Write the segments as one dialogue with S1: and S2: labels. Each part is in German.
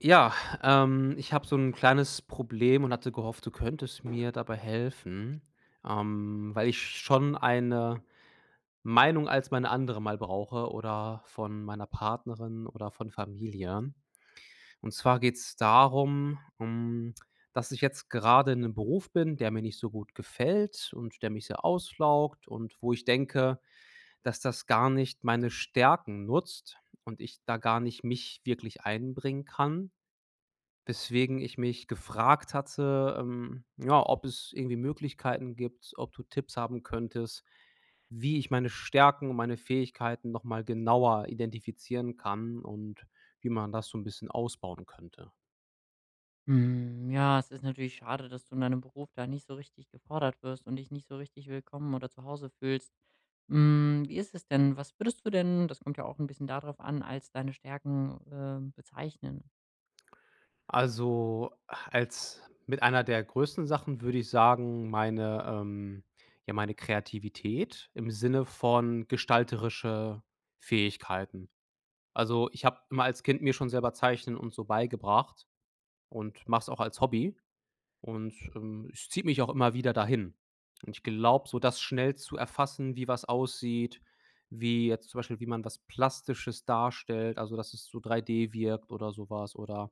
S1: Ja, ich habe so ein kleines Problem und hatte gehofft, du könntest mir dabei helfen, weil ich schon eine Meinung als meine andere mal brauche oder von meiner Partnerin oder von Familie. Und zwar geht's darum, dass ich jetzt gerade in einem Beruf bin, der mir nicht so gut gefällt und der mich sehr auslaugt und wo ich denke, dass das gar nicht meine Stärken nutzt und ich da gar nicht mich wirklich einbringen kann. Weswegen ich mich gefragt hatte, ja, ob es irgendwie Möglichkeiten gibt, ob du Tipps haben könntest, wie ich meine Stärken und meine Fähigkeiten noch mal genauer identifizieren kann und wie man das so ein bisschen ausbauen könnte.
S2: Hm, ja, es ist natürlich schade, dass du in deinem Beruf da nicht so richtig gefordert wirst und dich nicht so richtig willkommen oder zu Hause fühlst. Hm, wie ist es denn? Was würdest du denn, das kommt ja auch ein bisschen darauf an, als deine Stärken, bezeichnen?
S1: Also, als mit einer der größten Sachen würde ich sagen, meine, ja, meine Kreativität im Sinne von gestalterische Fähigkeiten. Also, ich habe immer als Kind mir schon selber Zeichnen und so beigebracht. Und mache es auch als Hobby und, es zieht mich auch immer wieder dahin. Und ich glaube, so das schnell zu erfassen, wie was aussieht, wie jetzt zum Beispiel, wie man was Plastisches darstellt, also dass es so 3D wirkt oder sowas oder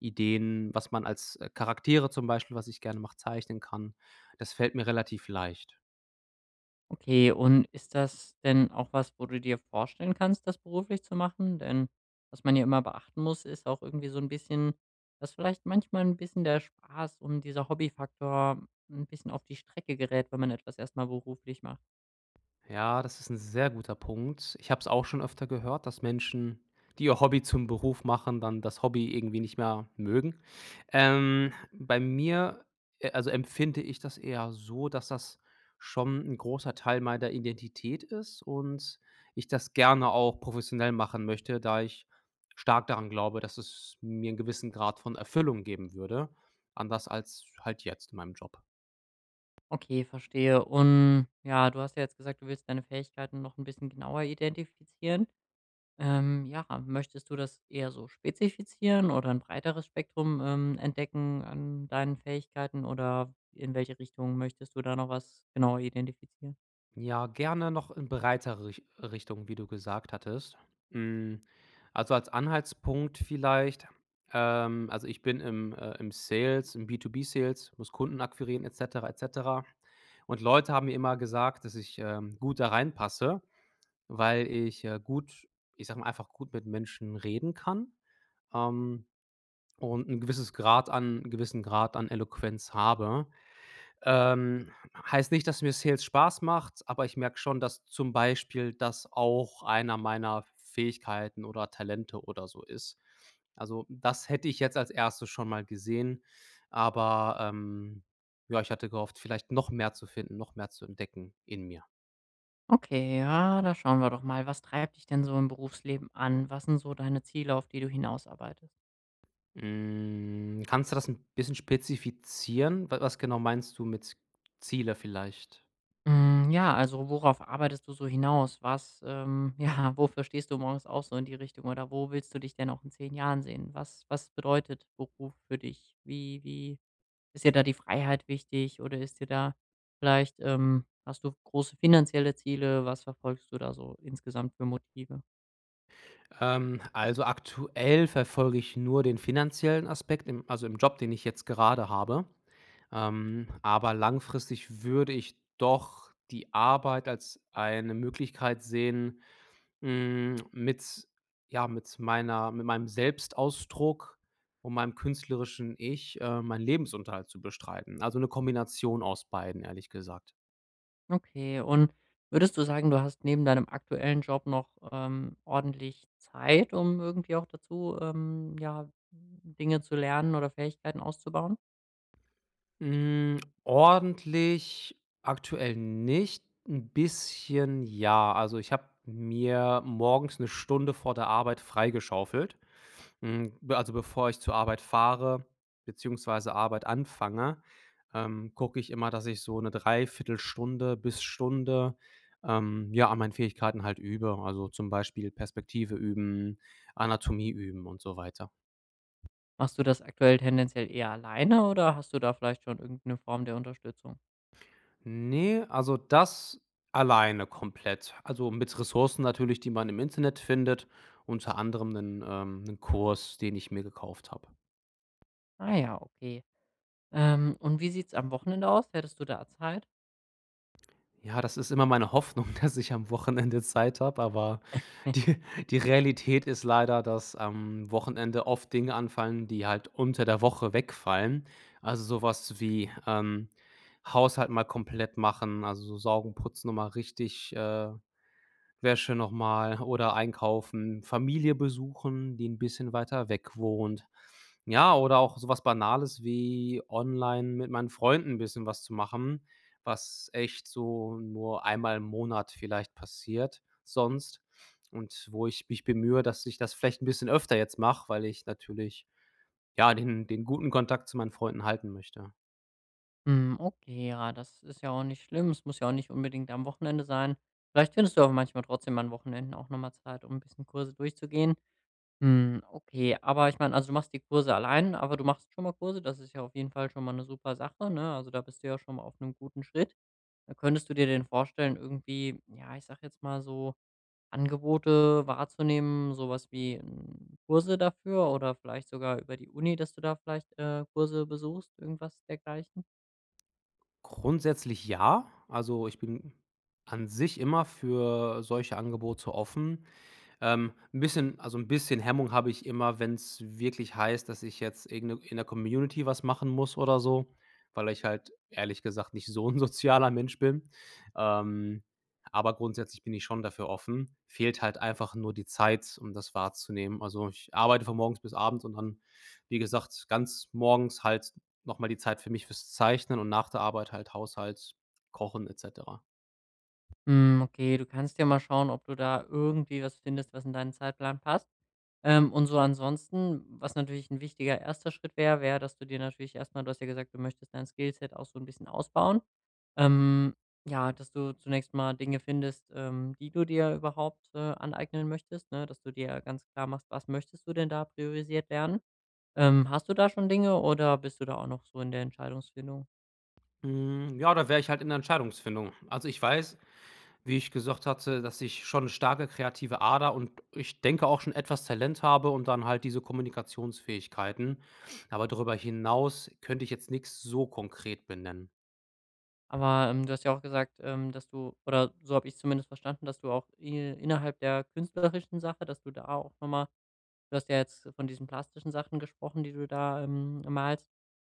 S1: Ideen, was man als, Charaktere zum Beispiel, was ich gerne mache, zeichnen kann. Das fällt mir relativ leicht.
S2: Okay, und ist das denn auch was, wo du dir vorstellen kannst, das beruflich zu machen? Denn was man ja immer beachten muss, ist auch irgendwie so ein bisschen, dass vielleicht manchmal ein bisschen der Spaß und dieser Hobbyfaktor ein bisschen auf die Strecke gerät, wenn man etwas erstmal beruflich macht.
S1: Ja, das ist ein sehr guter Punkt. Ich habe es auch schon öfter gehört, dass Menschen, die ihr Hobby zum Beruf machen, dann das Hobby irgendwie nicht mehr mögen. Bei mir, also, empfinde ich das eher so, dass das schon ein großer Teil meiner Identität ist und ich das gerne auch professionell machen möchte, da ich stark daran glaube, dass es mir einen gewissen Grad von Erfüllung geben würde, anders als halt jetzt in meinem Job.
S2: Okay, verstehe. Und ja, du hast ja jetzt gesagt, du willst deine Fähigkeiten noch ein bisschen genauer identifizieren. Ja, möchtest du das eher so spezifizieren oder ein breiteres Spektrum, entdecken an deinen Fähigkeiten oder in welche Richtung möchtest du da noch was genauer identifizieren?
S1: Ja, gerne noch in breitere Richtung, wie du gesagt hattest. Hm, also, als Anhaltspunkt vielleicht, also, ich bin im im Sales, im B2B-Sales, muss Kunden akquirieren et cetera, et cetera. Und Leute haben mir immer gesagt, dass ich, gut da reinpasse, weil ich, gut ich sag mal, einfach gut mit Menschen reden kann, ähm, und einen gewissen Grad an Eloquenz habe. Heißt nicht, dass mir Sales Spaß macht, aber ich merke schon, dass zum Beispiel das auch einer meiner Fähigkeiten oder Talente oder so ist. Also, das hätte ich jetzt als Erstes schon mal gesehen, aber, ja, ich hatte gehofft, vielleicht noch mehr zu finden, noch mehr zu entdecken in mir.
S2: Okay, ja, da schauen wir doch mal. Was treibt dich denn so im Berufsleben an? Was sind so deine Ziele, auf die du hinausarbeitest?
S1: Hm, kannst du das ein bisschen spezifizieren? Wa was genau meinst du mit Ziele vielleicht?
S2: Hm, ja, also worauf arbeitest du so hinaus? Was, ja, wofür stehst du morgens auch so in die Richtung oder wo willst du dich denn auch in 10 Jahren sehen? Was bedeutet Beruf für dich? Wie ist dir da die Freiheit wichtig oder ist dir da vielleicht, hast du große finanzielle Ziele? Was verfolgst du da so insgesamt für Motive?
S1: Also aktuell verfolge ich nur den finanziellen Aspekt, also im Job, den ich jetzt gerade habe. Aber langfristig würde ich doch die Arbeit als eine Möglichkeit sehen, mh, mit, ja, mit meinem Selbstausdruck und meinem künstlerischen Ich meinen Lebensunterhalt zu bestreiten. Also eine Kombination aus beiden, ehrlich gesagt.
S2: Okay, und würdest du sagen, du hast neben deinem aktuellen Job noch, ordentlich Zeit, um irgendwie auch dazu, ja, Dinge zu lernen oder Fähigkeiten auszubauen?
S1: Hm, ordentlich aktuell nicht, ein bisschen ja. Also, ich habe mir morgens eine Stunde vor der Arbeit freigeschaufelt. Hm, be also, bevor ich zur Arbeit fahre beziehungsweise Arbeit anfange, gucke ich immer, dass ich so eine Dreiviertelstunde bis Stunde, ja, an meinen Fähigkeiten halt übe. Also, zum Beispiel Perspektive üben, Anatomie üben und so weiter.
S2: Machst du das aktuell tendenziell eher alleine oder hast du da vielleicht schon irgendeine Form der Unterstützung?
S1: Nee, also das alleine komplett. Also, mit Ressourcen natürlich, die man im Internet findet, unter anderem einen 'nen Kurs, den ich mir gekauft habe.
S2: Ah ja, okay. Und wie sieht's am Wochenende aus? Hättest du da Zeit?
S1: Ja, das ist immer meine Hoffnung, dass ich am Wochenende Zeit habe, aber die Realität ist leider, dass am Wochenende oft Dinge anfallen, die halt unter der Woche wegfallen. Also, sowas wie, Haushalt mal komplett machen, also, so saugen, putzen und mal richtig, Wäsche noch mal oder einkaufen, Familie besuchen, die ein bisschen weiter weg wohnt. Ja, oder auch so was Banales wie online mit meinen Freunden ein bisschen was zu machen, was echt so nur einmal im Monat vielleicht passiert sonst und wo ich mich bemühe, dass ich das vielleicht ein bisschen öfter jetzt mache, weil ich natürlich, ja, den guten Kontakt zu meinen Freunden halten möchte.
S2: Hm, okay, ja, das ist ja auch nicht schlimm. Es muss ja auch nicht unbedingt am Wochenende sein. Vielleicht findest du aber manchmal trotzdem an Wochenenden auch noch mal Zeit, um ein bisschen Kurse durchzugehen. Hm, okay, aber ich meine, also, du machst die Kurse allein, aber du machst schon mal Kurse. Das ist ja auf jeden Fall schon mal eine super Sache, ne? Also, da bist du ja schon mal auf einem guten Schritt. Könntest du dir den vorstellen, irgendwie, ja, ich sage jetzt mal so Angebote wahrzunehmen, sowas wie, Kurse dafür oder vielleicht sogar über die Uni, dass du da vielleicht, Kurse besuchst, irgendwas dergleichen?
S1: Grundsätzlich ja. Also, ich bin an sich immer für solche Angebote offen. Ein bisschen Hemmung habe ich immer, wenn es wirklich heißt, dass ich jetzt irgend 'ne in der Community was machen muss oder so, weil ich halt ehrlich gesagt nicht so ein sozialer Mensch bin. Ähm, aber grundsätzlich bin ich schon dafür offen. Fehlt halt einfach nur die Zeit, um das wahrzunehmen. Also, ich arbeite von morgens bis abends und dann, wie gesagt, ganz morgens halt noch mal die Zeit für mich fürs Zeichnen und nach der Arbeit halt Haushalt, Kochen et cetera.
S2: Hm, okay, du kannst ja mal schauen, ob du da irgendwie was findest, was in deinen Zeitplan passt. Und so ansonsten, was natürlich ein wichtiger erster Schritt wäre, wäre, dass du dir natürlich erstmal, du hast ja gesagt, du möchtest dein Skillset auch so ein bisschen ausbauen. Ähm, ja, dass du zunächst mal Dinge findest, die du dir überhaupt, aneignen möchtest, ne? Dass du dir ganz klar machst, was möchtest du denn da priorisiert lernen? Hast du da schon Dinge oder bist du da auch noch so in der Entscheidungsfindung?
S1: Hm, ja, da wäre ich halt in der Entscheidungsfindung. Also, ich weiß, wie ich gesagt hatte, dass ich schon 'ne starke kreative Ader und ich denke auch schon etwas Talent habe und dann halt diese Kommunikationsfähigkeiten. Aber darüber hinaus könnte ich jetzt nichts so konkret benennen.
S2: Aber, du hast ja auch gesagt, dass du oder so habe ich zumindest verstanden, dass du auch i innerhalb der künstlerischen Sache, dass du da auch noch mal. Du hast ja jetzt von diesen plastischen Sachen gesprochen, die du da, malst.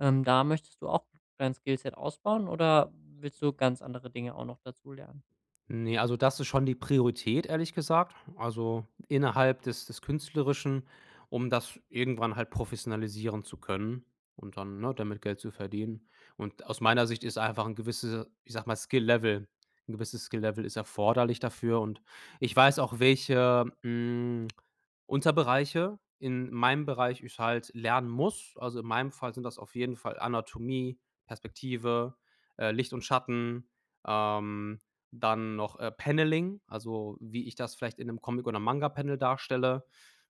S2: Da möchtest du auch dein Skillset ausbauen oder willst du ganz andere Dinge auch noch dazulernen?
S1: Ne, also das ist schon die Priorität, ehrlich gesagt. Also innerhalb des Künstlerischen, um das irgendwann halt professionalisieren zu können und dann, ne, damit Geld zu verdienen. Und aus meiner Sicht ist einfach ein gewisses, ich sage mal, Skill-Level ein gewisses Skill-Level ist erforderlich dafür und ich weiß auch, welche, Unterbereiche in meinem Bereich ich halt lernen muss. Also, in meinem Fall sind das auf jeden Fall Anatomie, Perspektive, Licht und Schatten, ähm dann noch, Paneling, also wie ich das vielleicht in einem Comic oder Manga-Panel darstelle.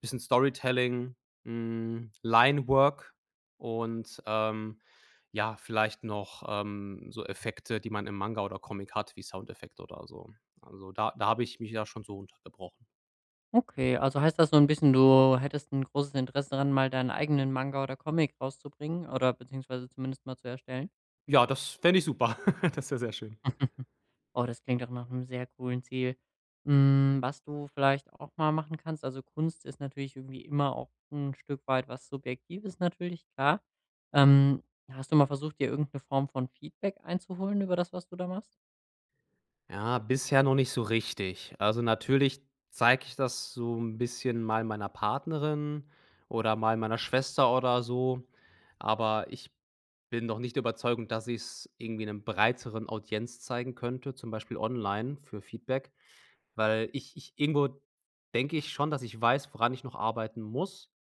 S1: Bisschen Storytelling, Linework und, ja, vielleicht noch, so Effekte, die man im Manga oder Comic hat, wie Soundeffekte oder so. Also, da habe ich mich ja schon so untergebrochen.
S2: Okay, also heißt das so ein bisschen, du hättest ein großes Interesse daran, mal deinen eigenen Manga oder Comic rauszubringen oder beziehungsweise zumindest mal zu erstellen?
S1: Ja, das fände ich super. Das wäre sehr schön.
S2: Mhm. Oh, das klingt doch nach einem sehr coolen Ziel. Was du vielleicht auch mal machen kannst also, Kunst ist natürlich irgendwie immer auch ein Stück weit was Subjektives natürlich, klar. Ähm, hast du mal versucht, dir irgendeine Form von Feedback einzuholen über das, was du da machst?
S1: Ja, bisher noch nicht so richtig. Also, natürlich zeige ich das so ein bisschen mal meiner Partnerin oder mal meiner Schwester oder so, aber ich bin noch nicht der dass ich es irgendwie einem breiteren Audienz zeigen könnte, zum Beispiel online für Feedback, weil ich irgendwo denke ich schon, dass ich weiß, woran ich noch arbeiten muss,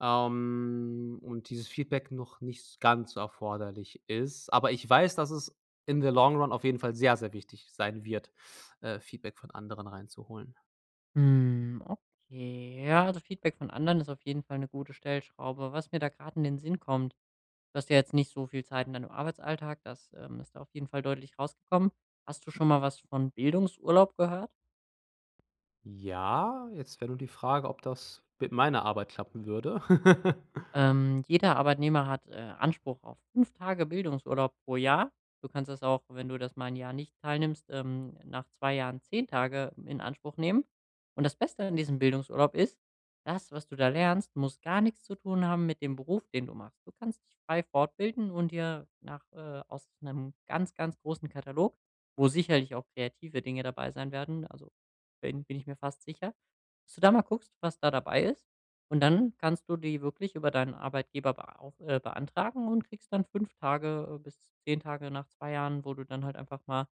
S1: und dieses Feedback noch nicht ganz so erforderlich ist. Aber ich weiß, dass es in the long run auf jeden Fall sehr, sehr wichtig sein wird, Feedback von anderen reinzuholen.
S2: Hm, okay. Ja, also, Feedback von anderen ist auf jeden Fall eine gute Stellschraube. Was mir da gerade in den Sinn kommt, du hast ja jetzt nicht so viel Zeit in deinem Arbeitsalltag, das, ist da auf jeden Fall deutlich rausgekommen. Hast du schon mal was von Bildungsurlaub gehört?
S1: Ja, jetzt wäre nur die Frage, ob das mit meiner Arbeit klappen würde.
S2: Jeder Arbeitnehmer hat, Anspruch auf 5 Tage Bildungsurlaub pro Jahr. Du kannst das auch, wenn du das mal ein Jahr nicht teilnimmst, nach 2 Jahren 10 Tage in Anspruch nehmen. Und das Beste an diesem Bildungsurlaub ist, das, was du da lernst, muss gar nichts zu tun haben mit dem Beruf, den du machst. Du kannst dich frei fortbilden und dir nach, aus einem ganz, ganz großen Katalog, wo sicherlich auch kreative Dinge dabei sein werden, also bin ich mir fast sicher, dass du da mal guckst, was da dabei ist. Und dann kannst du die wirklich über deinen Arbeitgeber beau beantragen und kriegst dann 5 Tage, bis 10 Tage nach 2 Jahren, wo du dann halt einfach mal,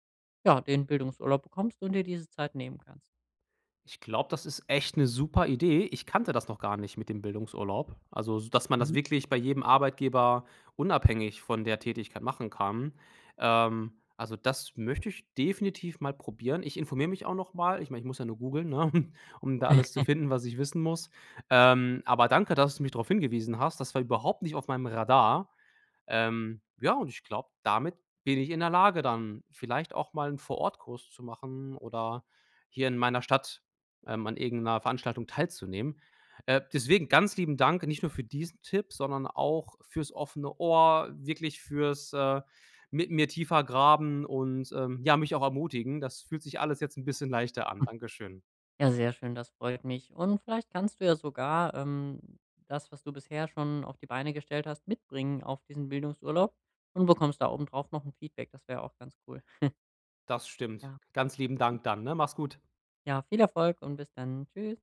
S2: ja, den Bildungsurlaub bekommst und dir diese Zeit nehmen kannst.
S1: Ich glaube, das ist echt 'ne super Idee. Ich kannte das noch gar nicht mit dem Bildungsurlaub. Also, s dass man das
S2: Mhm.
S1: wirklich bei jedem Arbeitgeber unabhängig von der Tätigkeit machen kann. Also, das möchte ich definitiv mal probieren. Ich informiere mich auch noch mal. Ich meine, ich muss ja nur googeln, ne, um da alles zu finden, was ich wissen muss. Aber danke, dass du mich drauf hingewiesen hast. Das war überhaupt nicht auf meinem Radar. Ja, und ich glaube, damit bin ich in der Lage, dann vielleicht auch mal einen Vorortkurs zu machen oder hier in meiner Stadt, an irgendeiner Veranstaltung teilzunehmen. Deswegen ganz lieben Dank, nicht nur für diesen Tipp, sondern auch fürs offene Ohr, wirklich fürs, mit mir tiefer graben und, ja, mich auch ermutigen. Das fühlt sich alles jetzt ein bisschen leichter an.
S2: Hm.
S1: Dankeschön.
S2: Ja, sehr schön, das freut mich. Und vielleicht kannst du ja sogar, das, was du bisher schon auf die Beine gestellt hast, mitbringen auf diesen Bildungsurlaub und bekommst da obendrauf noch ein Feedback. Das wäre auch ganz cool.
S1: Das stimmt.
S2: Ja,
S1: Ganz lieben Dank dann, ne? Mach's gut.
S2: ja, viel Erfolg und bis dann. Tschüss.